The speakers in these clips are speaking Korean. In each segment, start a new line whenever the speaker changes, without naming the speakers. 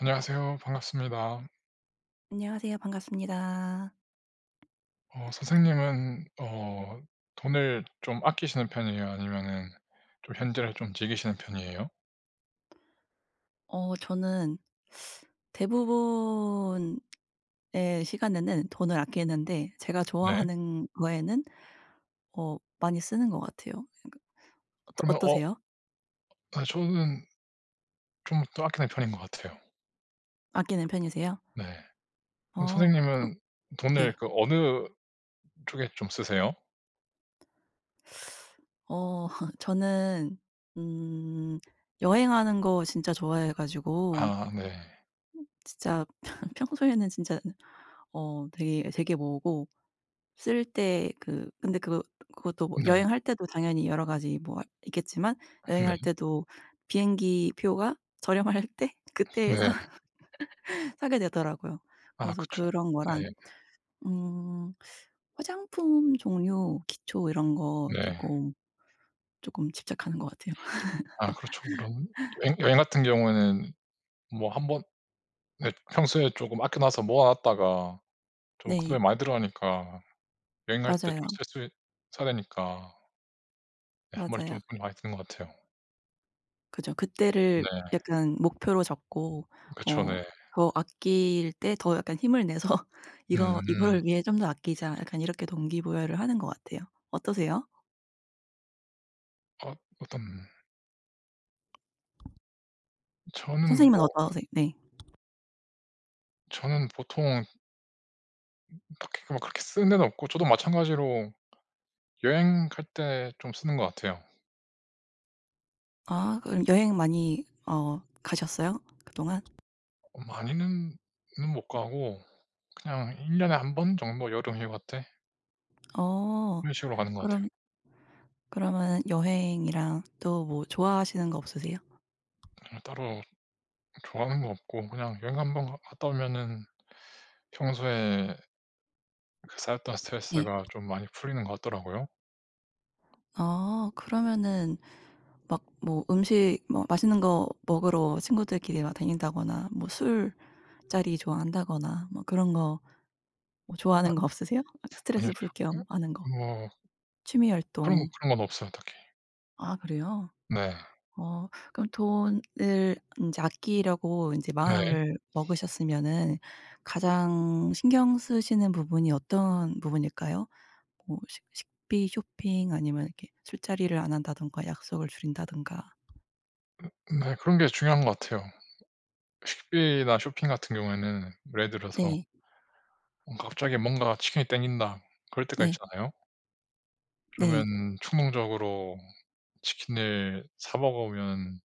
안녕하세요. 반갑습니다.
안녕하세요. 반갑습니다.
선생님은 돈을 좀 아끼시는 편이에요? 아니면은 좀 현질을 좀 즐기시는 편이에요?
저는 대부분의 시간에는 돈을 아끼는데 제가
네.
좋아하는 거에는 많이 쓰는 것 같아요. 그러니까 어떠
그러면
어떠세요?
아 저는 좀 더 아끼는 편인 것 같아요.
아끼는 편이세요?
네. 그럼
그럼.
선생님은 돈을
네.
그 어느 쪽에 좀 쓰세요?
어 저는 음 여행하는 거 진짜 좋아해 가지고
아 네.
진짜 평소에는 진짜 되게 모으고 쓸 때 근데 그거 그것도 뭐
네.
여행할 때도 당연히 여러 가지 뭐 있겠지만
네.
여행할 때도 비행기 표가 저렴할 때 그때
네.
사 사게 되더라고요.
아
그래서
그쵸.
그런
네.
거랑 음 화장품 종류, 기초 이런 거
네.
쪼끔 집착하는 것 같아요.
아 그렇죠. 그런 여행 같은 경우에는 뭐 한 번 네, 평소에 조금 아껴 놔서 모아 놨다가 좀 큰돈이
네.
많이 들어가니까 여행 갈 때 좀
맞아요.
스트레스 써야 되니까 네, 한 번에 좀
맞아요.
돈이 많이 드는 것 같아요.
그죠. 그때를
네.
약간 목표로 잡고
그쵸.
어
네.
더 아낄 때 더 약간 힘을 내서 '이거
음.
이거를 위해 좀 더 아끼자.' 약간 이렇게 동기부여를 하는 것 같아요. 어떠세요?
어 어떤 저는
선생님은
뭐
어떠세요? 네.
저는 보통 딱히 막 그렇게 쓰는 데는 없고, 저도 마찬가지로 여행 갈 때 좀 쓰는 것 같아요.
아, 그럼 여행 많이 가셨어요? 그동안?
어 많이는 는 못 가고, 그냥 1 년에 한 번 정도 여름 휴가 때
어
그런 식으로 가는 것 같아요.
그럼 그러면은 여행이랑 또 뭐 좋아하시는 거 없으세요?
그냥 따로 좋아하는 거 없고, 그냥 여행 한 번 가 갔다 오면은 평소에 그 쌓였던
네.
스트레스가 좀 많이 풀리는 것 같더라고요.
그러면은 막 뭐 음식 뭐 맛있는 거 먹으러 친구들끼리 막 다닌다거나 뭐 술자리 좋아한다거나 뭐 그런 거 뭐 좋아하는 거 없으세요?
아니
스트레스
요
풀 겸 하는 거.
뭐
취미
그런
활동.
그런 건 없어요 딱히.
아, 그래요?
네.
그럼 돈을 인제 아끼려고 인제
네.
마음을 먹으셨으면은 가장 신경 쓰시는 부분이 어떤 부분일까요? 뭐 식 식비 쇼핑 아니면 이렇게 술자리를 안 한다든가 약속을 줄인다든가.
네, 그런 게 중요한 것 같아요. 식비나 쇼핑 같은 경우에는 예를 들어서
네.
뭔가 갑자기 뭔가 '치킨이 땡긴다.' 그럴 때가
네.
있잖아요.
네.
그러면 충동적으로 치킨을 사 먹으면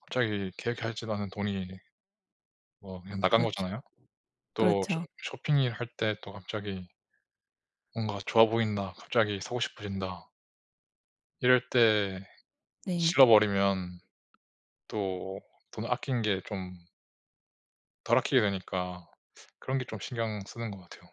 갑자기 계획하지도 않은 돈이 뭐 그냥 나간
그렇죠.
거잖아요. 또 쇼
그렇죠.
쇼핑을 할 때 또 갑자기 '뭔가 좋아 보인다. 갑자기 사고 싶어진다.' 이럴 때
네.
질러 버리면 또 돈 아낀 게좀 덜 아끼게 되니까 그런 게 좀 신경 쓰는 것 같아요.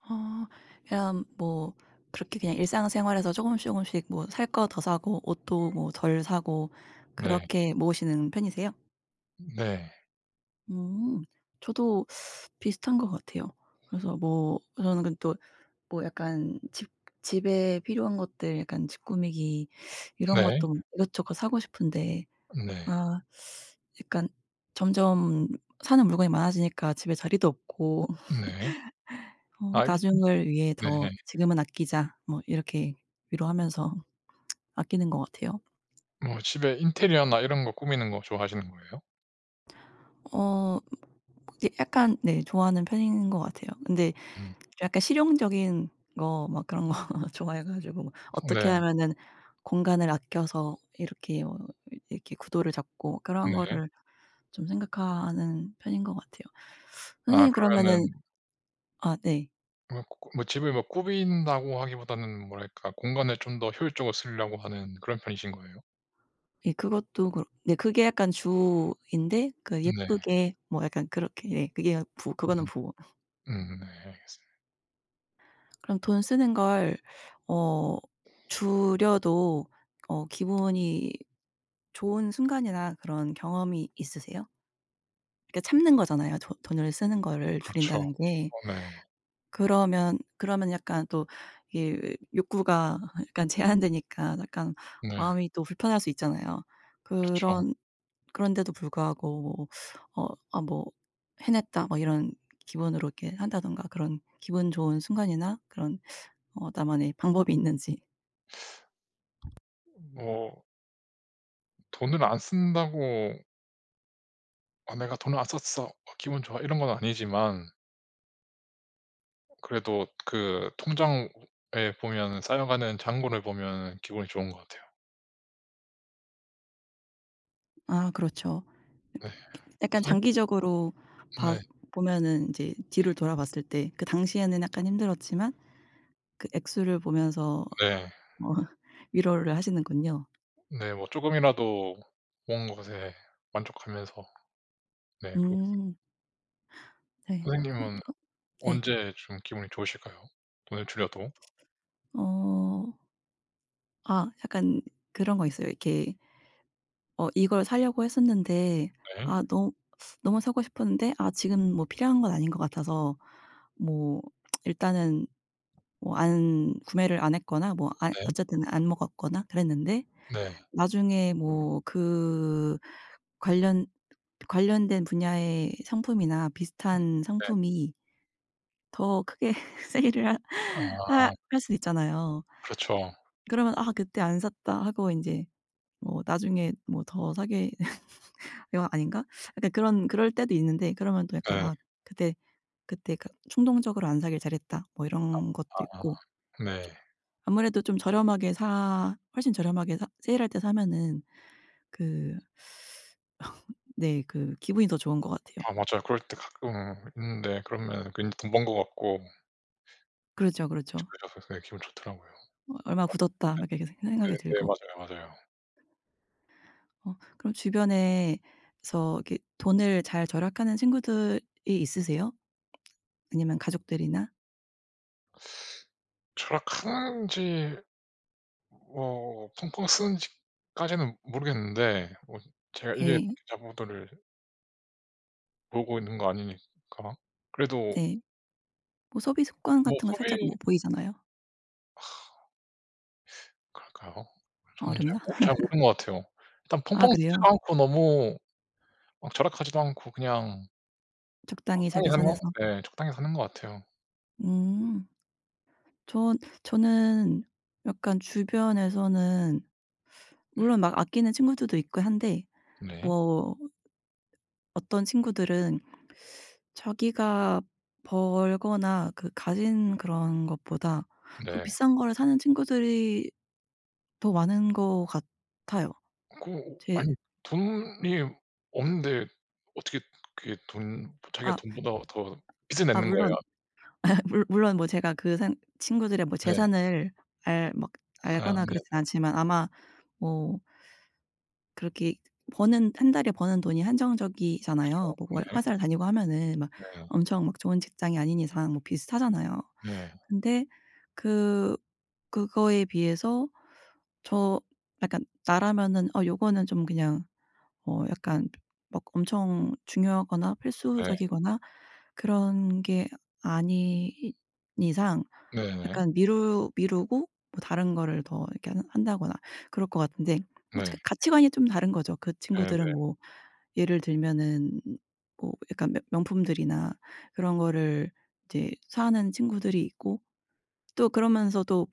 어 그냥 뭐 그렇게 그냥 일상생활에서 조금씩 조금씩 뭐 살 거 더 사고 옷도 뭐 덜 사고
네.
그렇게 모으시는 편이세요?
네.
음. 저도 비슷한 것 같아요. 그래서 뭐 저는 또 뭐 약간 집 집에 필요한 것들 약간 집 꾸미기 이런
네.
것도 이것저것 사고 싶은데
네.
아 약간 점점 사는 물건이 많아지니까 집에 자리도 없고
네. 아 이
'나중을 위해
네.
더 지금은 아끼자.' 뭐 이렇게 위로하면서 아끼는 것 같아요.
뭐 집에 인테리어나 이런 거 꾸미는 거 좋아하시는 거예요?
어 이제 약간, 네, 좋아하는 편인 것 같아요. 근데
음.
약간 실용적인 거 막 그런 거 좋아해 가지고 어떻게
네.
하면은 공간을 아껴서 이렇게 이렇게 구도를 잡고 그런
네.
거를 좀 생각하는 편인 것 같아요.
아
선생님 그러면은,
그러면은
아, 네.
뭐 꾸 뭐 집을 뭐 꾸민다고 하기보다는 뭐랄까 공간을 좀 더 효율적으로 쓰려고 하는 그런 편이신 거예요?
예, 그것도 그렇 네, 그게 약간 주인데 그
네.
예쁘게 뭐 약간 그렇게 예 그게 부 그거는
음.
부.
네. 알겠습니다.
그럼 돈 쓰는 걸 어 줄여도 기분이 좋은 순간이나 그런 경험이 있으세요? 그러니까 참는 거잖아요. 돈 돈을 쓰는 거를
그렇죠.
줄인다는 게.
어 네.
그러면 약간 또 이게 욕구가 약간 제한되니까 약간
네.
마음이 또 불편할 수 있잖아요.
그렇죠.
그런 그런데도 불구하고 뭐 '아 뭐 해냈다.' 뭐 이런 기분으로 이렇게 한다든가 그런 기분 좋은 순간이나 그런 나만의 방법이 있는지.
뭐 돈을 안 쓴다고 '아 내가 돈을 안 썼어. 기분 좋아.' 이런 건 아니지만, 그래도 그 통장에 보면 쌓여가는 잔고를 보면 기분이 좋은 것 같아요.
아, 그렇죠.
네.
약간
선생
장기적으로 봐
네.
보면은 인제 뒤를 돌아봤을 때 그 당시에는 약간 힘들었지만 그 액수를 보면서
네.
어 위로를 하시는군요.
네. 뭐금이라도 모은 것에 만족하면서 네 그러고 있어요.
음. 네. 어
선생님은
저 네.
언제 좀 기분이 좋으실까요? 돈을 줄여도?
어 약간 그런 거 있어요. 이렇게 이걸 사려고 했었는데
네.
너무 너무 사고 싶었는데 지금 뭐 필요한 건 아닌 것 같아서 뭐 일단은 뭐 안 구매를 안 했거나 뭐
네.
어쨌든 안 먹었거나 그랬는데
네.
나중에 뭐 관련 관련된 분야의 상품이나 비슷한
네.
상품이 더 크게 세일을 하 하
아
할 수도 있잖아요.
그렇죠.
그러면 '아 그때 안 샀다.' 하고 인제 뭐 나중에 뭐 더 사게 이거 아닌가? 약간 그런 그럴 때도 있는데 그러면 또 약간
네.
'아 그때 그때 충동적으로 안 사길 잘했다.' 뭐 이런 것도
아
있고
네.
좀 아무래도 좀 저렴하게 사 훨씬 저렴하게 사 세일할 때 사면은 그 네. 기분이 더 좋은 것 같아요.
아 맞아요. 그럴 때 가끔 있는데, 그러면 괜히 돈 번 것 같고
그렇죠, 그렇죠.
그래서 되게 기분 좋더라고요.
'어 얼마 굳었다.' 막 이렇게 생각이
네네.
들고.
맞아요, 맞아요.
그럼 주변에서 이렇게 돈을 잘 절약하는 친구들이 있으세요? 아니면 가족들이나?
절약하는지 펑펑 쓰는지까지는 모르겠는데, 뭐 제가 일일이 다
네.
계좌번호를 모으고 있는 거 아니니까. 그래도
네. 뭐 소비 습관
뭐
같은 거 살짝
소비
뭐 보이잖아요.
그럴까요?
아,
저는
어렵나?
잘 모르는 것 같아요. 일단
아,
펑펑
그래요?
쓰지도 않고 너무 막 절약하지도 않고 그냥
적당히
적당히
자기
사는 거,
선에서.
네 적당히 사는 것 같아요.
음. 전 저는 약간 주변에서는 물론 막 아끼는 친구들도 있고 한데
네.
뭐 어떤 친구들은 자기가 벌거나 그 가진 그런 것보다 더
네.
비싼 거를 사는 친구들이 더 많은 것 같아요.
그
제
아니 돈이 없는데 어떻게 그게 돈 자기가
아
돈보다 더 빚을
아
내는 거예요.
물론 물 물론 뭐 제가 그 생 친구들의 뭐
네.
재산을 알 막
아
알거나 그
네.
렇진 않지만 아마 뭐 그렇게 버는 한 달에 버는 돈이 한정적이잖아요.
그죠.
뭐 월
네.
회사를 다니고 하면은 막
네.
엄청 막 좋은 직장이 아닌 이상 뭐 비슷하잖아요.
네.
근데 그 그거에 비해서 저 약간 나라면은 요거는 좀 그냥 약간 막 엄청 중요하거나
네.
필수적이거나 그런 게 아닌 이상
네네.
약간 미루고 뭐 다른 거를 더 이렇게 한 한다거나 그럴 것 같은데
네.
어떻게 가치관이 좀 다른 거죠. 그 친구들은
네네.
뭐 예를 들면은 뭐 약간 명 명품들이나 그런 거를 이제 사는 친구들이 있고 또 그러면서도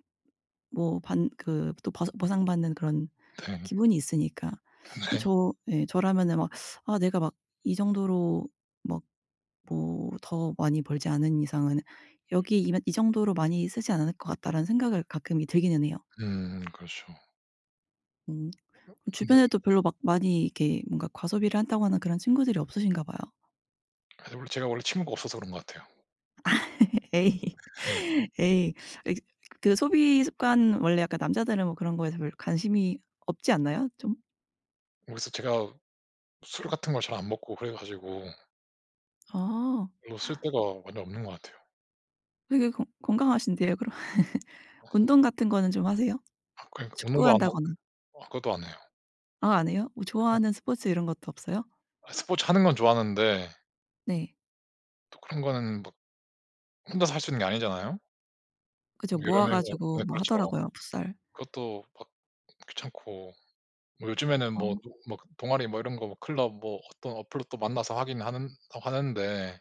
뭐 반 그 또 버상 보상받는 그런
네.
기분이 있으니까.
네.
예, 저라면은 막 아 내가 막 이 정도로 막 뭐 더 많이 벌지 않은 이상은 여기 이만 '이 정도로 많이 쓰지 않을 것 같다.'라는 생각을 가끔이 들기는 해요.
그렇죠.
음.
근데
주변에도 별로 막 많이 이렇게 뭔가 과소비를 한다고 하는 그런 친구들이 없으신가 봐요.
아니 원래 제가 원래 친구가 없어서 그런 것 같아요.
에이.
네.
에이. 이 그 소비 습관 원래 약간 남자들은 뭐 그런 거에서 별로 관심이 없지 않나요? 좀?
그래서 제가 술 같은 걸 잘 안 먹고 그래 가지고
아.
별로 쓸데가 완전 없는 것 같아요.
되게 건 건강하신데요 그럼. 운동 같은 거는 좀 하세요?
아 그러니까 운동도 안 하고
축구한다거나.
아 그것도 안 해요.
아, 안 해요? 뭐 좋아하는 스포츠 이런 것도 없어요?
아 스포츠 하는 건 좋아하는데
네.
또 그런 거는 막 혼자서 할 수 있는 게 아니잖아요.
그죠.
뭐 여러
모아
명이서
가지고
네
뭐
그렇죠.
하더라고요 풋살.
그것도 막 귀찮고, 뭐 요즘에는
어.
뭐 노 막 동아리 뭐 이런 거 뭐 클럽 뭐 어떤 어플로 또 만나서 하긴 하는 하는데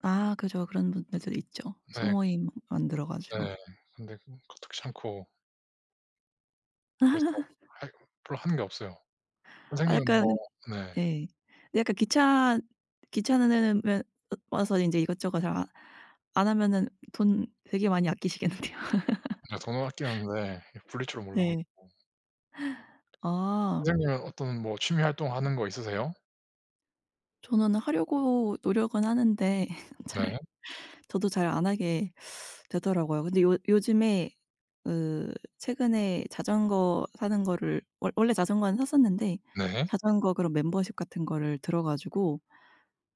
아, 그죠. 그런 분들도 있죠.
네.
소모임 만들어 가지고.
네. 근데 그것도 귀찮고 그래서 할 별로 하는 게 없어요.
아
선생님은 뭐
약간,
네.
예. 근데 약간 귀찮으면 와서 인제 이것저것 잘 안 하면은 돈 되게 많이 아끼시겠는데요.
제가 돈은 아끼는데 이 불릴 줄을 몰라
네.
가지고.
아
선생님은 어떤 뭐 취미 활동하는 거 있으세요?
저는 하려고 노력은 하는데
네.
잘 저도 잘 안 하게 되더라고요. 근데 요 요즘에 그 최근에 자전거 사는 거를 원 원래 자전거는 샀었는데
네.
자전거 그런 멤버십 같은 거를 들어 가지고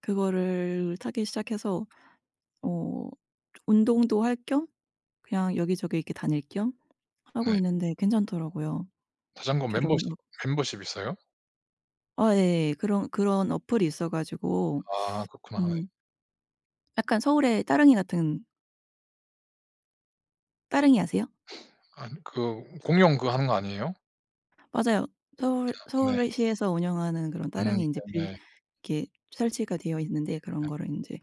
그거를 타기 시작해서 어 운동도 할 겸 그냥 여기저기 이렇게 다닐 겸
네.
하고 있는데 괜찮더라고요.
자전거 멤버십
저렴도 고
멤버십 있어요?
아 예. 예. 그런 어플이 있어 가지고
아 그렇구나. 네.
음 약간 서울의 따릉이 같은. 따릉이 아세요?
아니 그 공용 그거 하는 거 아니에요?
맞아요. 서울
네.
서울시에서 운영하는 그런
음
따릉이 이제빌
네네.
이렇게 설치가 되어 있는데 그런 거를 인제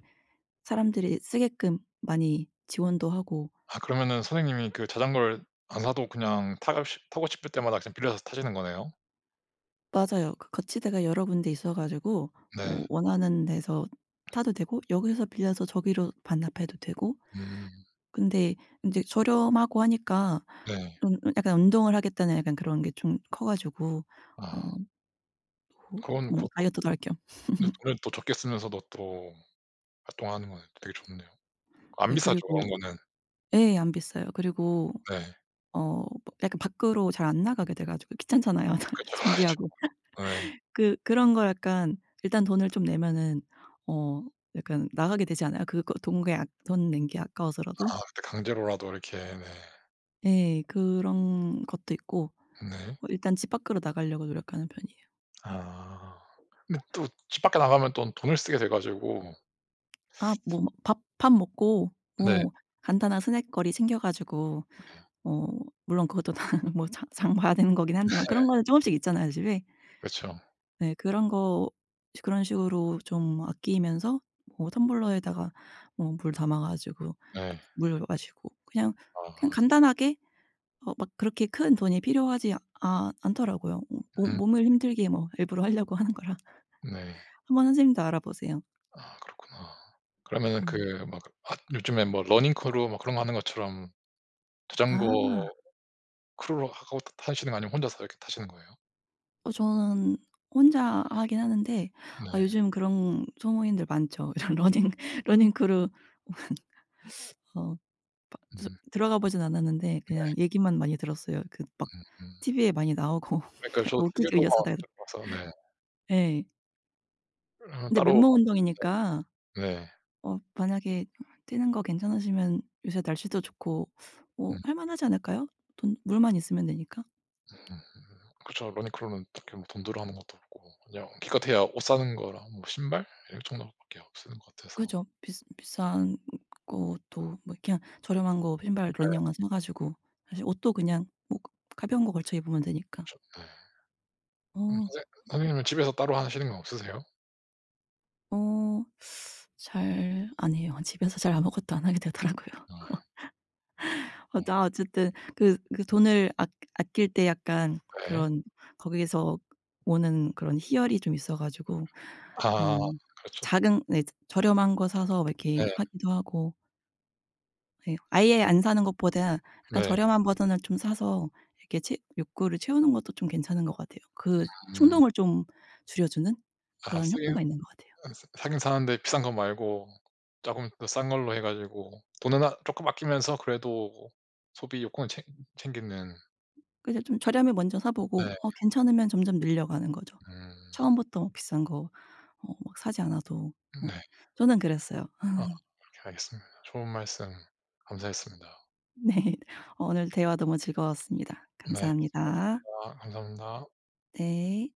사람들이 쓰게끔 많이 지원도 하고
아 그러면은 선생님이 그 자전거를 안 사도 그냥 타고 싶을 때마다 그냥 빌려서 타시는 거네요?
맞아요. 그 거치대가 여러 군데 있어 가지고
네.
뭐 원하는 데서 타도 되고 여기서 빌려서 저기로 반납해도 되고
음
근데 인제 저렴하고 하니까
네.
좀 약간 운동을 하겠다는 약간 그런 게 좀 커 가지고
아
어 뭐
그건
뭐
그것도
다이어트도 할겸
네 돈을 또 적게 쓰면서도 또 활동하는 건 되게 좋네요. 안
네
비싸죠
그리고
그런 거는.
예 안 비싸요. 그리고
네.
뭐 약간 밖으로 잘 안 나가게 돼 가지고 귀찮잖아요.
그죠,
준비하고.
그죠. 네.
그런 걸 약간 일단 돈을 좀 내면은 어 약간 나가게 되지 않아요? 그거 돈 게 아 돈 낸 게 아까워서라도?
아 그때 강제로라도 이렇게 네.
예. 그런 것도 있고
네.
뭐 일단 집 밖으로 나가려고 노력하는 편이에요.
아. 근데 또 집 밖에 나가면 또 돈을 쓰게 돼 가지고
아 뭐 밥 먹고
네네. 네.
뭐 간단한 스낵거리 챙겨 가지고 어 물론 그것도 다 뭐 장 봐야 되는 거긴 하지만 그런
네.
거는 쪼금씩 있잖아요 집에.
그쵸.
네 그런 거 그런 식으로 좀 아끼면서 뭐 텀블러에다가 뭐 물 담아 가지고
네.
물 마시고 그냥
아.
간단하게 막 그렇게 큰 돈이 필요하지 않더라고요. 몸
음
몸을 힘들게 뭐 일부러 하려고 하는 거라.
네.
한번 선생님도 알아보세요.
아 그렇구나. 그러면은 그
음.
막 핫 요즘에 뭐 러닝 크루 막 그런 거 하는 것처럼 자전거
아.
크루로 하고 타시는 거 아니면 혼자서 이렇게 타시는 거예요?
저는 혼자 하긴 하는데 아
네.
요즘 그런 소모임들 많죠. 이런 러닝 크루. 어 바 저
음.
들어가 보진 않았는데
네.
그냥 얘기만 많이 들었어요. 막
음음.
TV에 많이 나오고
그러니까
약간
저도
웃기게 의려서
TV로만
다들
들어 봐서 네.
예.
그러면
근데
따로 뭐
맨몸 운동이니까
네. 네.
만약에 뛰는 거 괜찮으시면 요새 날씨도 좋고
음.
할 만하지 않을까요? 돈 물만 있으면 되니까.
음 그쵸. 러닝클럽은 딱히 뭐 돈 들어 하는 것도 없고, 그냥 기껏해야 옷 사는 거랑 뭐 신발 이 정도밖에 없는 것 같아서
그죠. 비스 비싼 것도 뭐 그냥 저렴한 거 신발
네
러닝화 사 가지고 사실 옷도 그냥 뭐 가벼운 거 걸쳐 입으면 되니까.
좀 네. 그럼
어.
선생님은 집에서 따로 하시는 건 없으세요?
어 잘 안 해요. 집에서 잘 아무것도 안 하게 되더라고요.
네. 어
맞아. 어쨌든 돈을 아낄 때 약간
네.
그런 거기에서 오는 그런 희열이 좀 있어 가지고 어
아 그렇죠.
작은, 네, 저렴한 거 사서 막 이렇게
네.
하기도 하고 예 아예 안 사는 것보다 약간
네.
저렴한 버전을 좀 사서 이렇게 채 욕구를 채우는 것도 좀 괜찮은 것 같아요. 그
음.
충동을 좀 줄여주는
아
그런
쓰긴
효과가 있는 것 같아요.
아 사 사긴 사는데 비싼 거 말고 쪼금 더 싼 걸로 해 가지고 돈은 아 쪼끔 아끼면서 그래도 소비 욕구는 챙 챙기는
그래서 좀 저렴해 먼저 사
네.
보고 괜찮으면 점점 늘려가는 거죠.
음.
처음부터 뭐 비싼 거 막 사지 않아도 어
네.
저는 그랬어요.
아 그렇게 알겠습니다. 좋은 말씀 감사했습니다.
네. 오늘 대화 너무 즐거웠습니다.
네.
감사합니다.
고생하셨습니다. 감사합니다.
네.